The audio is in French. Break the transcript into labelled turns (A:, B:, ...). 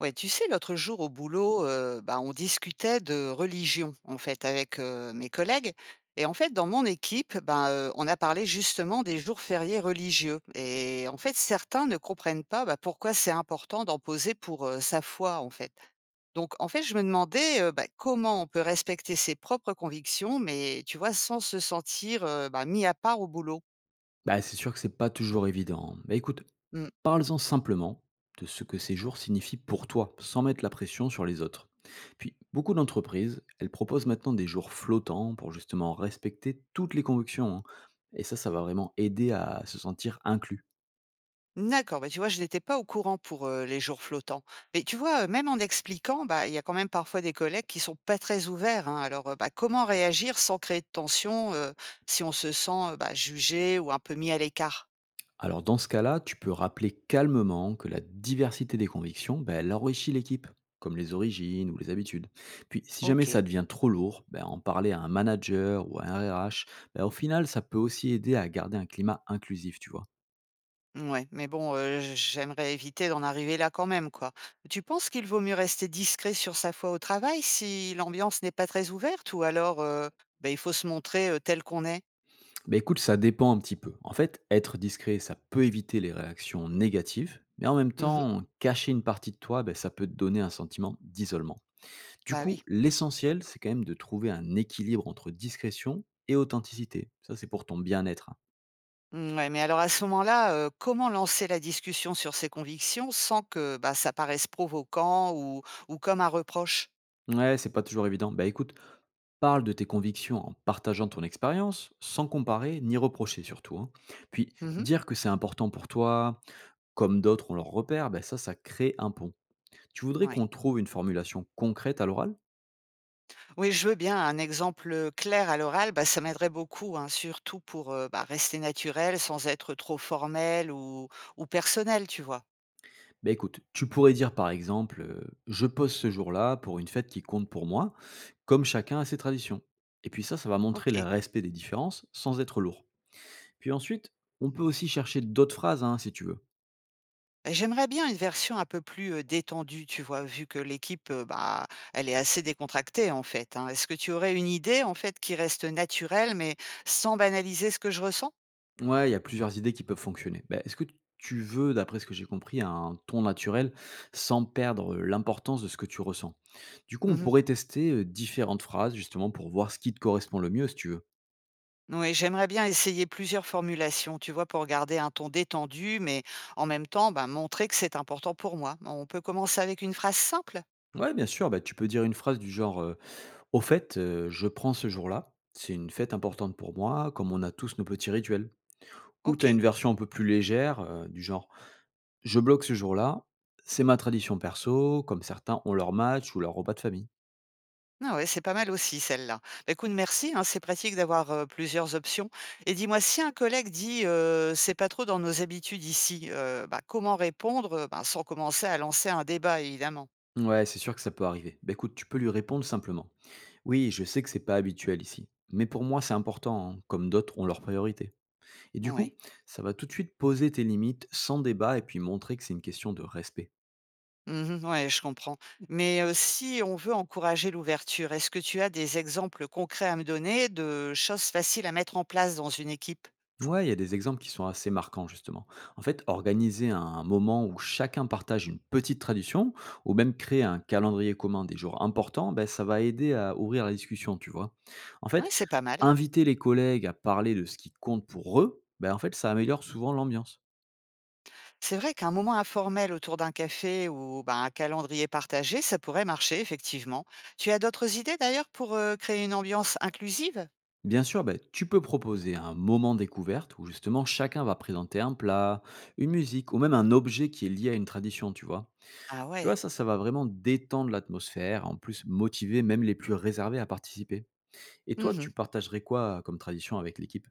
A: Ouais, tu sais, l'autre jour au boulot, bah, on discutait de religion, en fait, avec mes collègues. Et en fait, dans mon équipe, bah, on a parlé justement des jours fériés religieux. Et en fait, certains ne comprennent pas bah, pourquoi c'est important d'en poser pour sa foi, en fait. Donc, en fait, je me demandais bah, comment on peut respecter ses propres convictions, mais tu vois, sans se sentir bah, mis à part au boulot.
B: Bah, c'est sûr que c'est pas toujours évident. Bah, écoute,
A: Mmh.
B: parle-en simplement de ce que ces jours signifient pour toi, sans mettre la pression sur les autres. Puis, beaucoup d'entreprises, elles proposent maintenant des jours flottants pour justement respecter toutes les convictions, hein. Et ça va vraiment aider à se sentir inclus.
A: D'accord, bah, tu vois, je n'étais pas au courant pour les jours flottants. Mais tu vois, même en expliquant, bah, il y a quand même parfois des collègues qui sont pas très ouverts, hein. Alors, bah, comment réagir sans créer de tension, si on se sent, bah, jugé ou un peu mis à l'écart?
B: Alors dans ce cas-là, tu peux rappeler calmement que la diversité des convictions, ben, elle enrichit l'équipe, comme les origines ou les habitudes. Puis si jamais ça
A: Ok,
B: devient trop lourd, ben, en parler à un manager ou à un RH, ben, au final, ça peut aussi aider à garder un climat inclusif, tu vois.
A: ouais, mais bon, j'aimerais éviter d'en arriver là quand même, quoi. Tu penses qu'il vaut mieux rester discret sur sa foi au travail si l'ambiance n'est pas très ouverte ou alors, bah, il faut se montrer tel qu'on est?
B: Ben, écoute, ça dépend un petit peu. En fait, être discret, ça peut éviter les réactions négatives, mais en même
A: Mhm.
B: temps, cacher une partie de toi, ben, ça peut te donner un sentiment d'isolement. Du
A: Bah
B: coup,
A: oui.
B: l'essentiel, c'est quand même de trouver un équilibre entre discrétion et authenticité. Ça, c'est pour ton bien-être.
A: Mmh, ouais, mais alors à ce moment-là, comment lancer la discussion sur ses convictions sans que, bah, ça paraisse provoquant ou comme un reproche?
B: Hein. Ouais, c'est pas toujours évident. Bah écoute, parle de tes convictions en partageant ton expérience, sans comparer ni reprocher surtout, hein. Puis,
A: Mmh mh.
B: dire que c'est important pour toi, comme d'autres ont leur repère, bah ça, ça crée un pont. Tu voudrais qu'on
A: Ouais.
B: trouve une formulation concrète à l'oral?
A: Oui, je veux bien un exemple, clair à l'oral, bah, ça m'aiderait beaucoup, hein, surtout pour, bah, rester naturel sans être trop formel ou personnel, tu vois?
B: Beh, écoute, tu pourrais dire par exemple, Je pose ce jour-là pour une fête qui compte pour moi », comme chacun a ses traditions. Et puis ça va montrer le
A: OK.
B: respect des différences sans être lourd. Puis ensuite, on peut
A: Mmh.
B: aussi chercher d'autres phrases, hein, si tu veux.
A: Bah, j'aimerais bien une version un peu plus, détendue, tu vois? Vu que l'équipe, bah, elle est assez décontractée, en fait, hein. Est-ce que tu aurais une idée, en fait, qui reste naturelle, mais sans banaliser ce que je ressens?
B: Ouais, il y a plusieurs idées qui peuvent fonctionner. Bah, est-ce que tu veux, d'après ce que j'ai compris, un ton naturel sans perdre l'importance de ce que tu ressens? Du coup, on
A: Mmh mh.
B: pourrait tester, différentes phrases justement pour voir ce qui te correspond le mieux, si tu veux.
A: Oui, j'aimerais bien essayer plusieurs formulations, tu vois? Pour garder un ton détendu, mais en même temps, bah, montrer que c'est important pour moi. On peut commencer avec une phrase simple?
B: Ouais, bien sûr, bah, tu peux dire une phrase du genre: au fait, je prends ce jour-là, c'est une fête importante pour moi, comme on a tous nos petits rituels. Ou tu as une
A: OK.
B: version un peu plus légère, du genre : « Je bloque ce jour-là, c'est ma tradition perso », comme certains ont leur match ou leur repas de famille.
A: Ah ouais, c'est pas mal aussi celle-là. Bah, écoute, merci, hein, c'est pratique d'avoir plusieurs options. Et dis-moi, si un collègue dit c'est pas trop dans nos habitudes ici, bah, comment répondre, bah, sans commencer à lancer un débat, évidemment.
B: Ouais, c'est sûr que ça peut arriver. Bah, écoute, tu peux lui répondre simplement : « Oui, je sais que c'est pas habituel ici, mais pour moi c'est important, hein », comme d'autres ont leurs priorités. Et du coup,
A: Oui.
B: ça va tout de suite poser tes limites sans débat et puis montrer que c'est une question de respect.
A: Mhm, ouais, je comprends. Mais si on veut encourager l'ouverture, est-ce que tu as des exemples concrets à me donner de choses faciles à mettre en place dans une équipe?
B: Ouais, il y a des exemples qui sont assez marquants justement. En fait, organiser un moment où chacun partage une petite tradition ou même créer un calendrier commun des jours importants, ben, ça va aider à ouvrir la discussion, tu vois. En
A: Oui,
B: fait,
A: c'est pas mal.
B: inviter les collègues à parler de ce qui compte pour eux, ben, en fait, ça améliore souvent l'ambiance.
A: C'est vrai qu'un moment informel autour d'un café ou ben, un calendrier partagé, ça pourrait marcher, effectivement. Tu as d'autres idées d'ailleurs pour créer une ambiance inclusive?
B: Bien sûr, ben, tu peux proposer un moment découverte où justement chacun va présenter un plat, une musique ou même un objet qui est lié à une tradition, tu vois.
A: Ah
B: Tu vois,
A: ouais.
B: ça va vraiment détendre l'atmosphère, en plus motiver même les plus réservés à participer. Et toi,
A: Mhm.
B: tu partagerais quoi comme tradition avec l'équipe?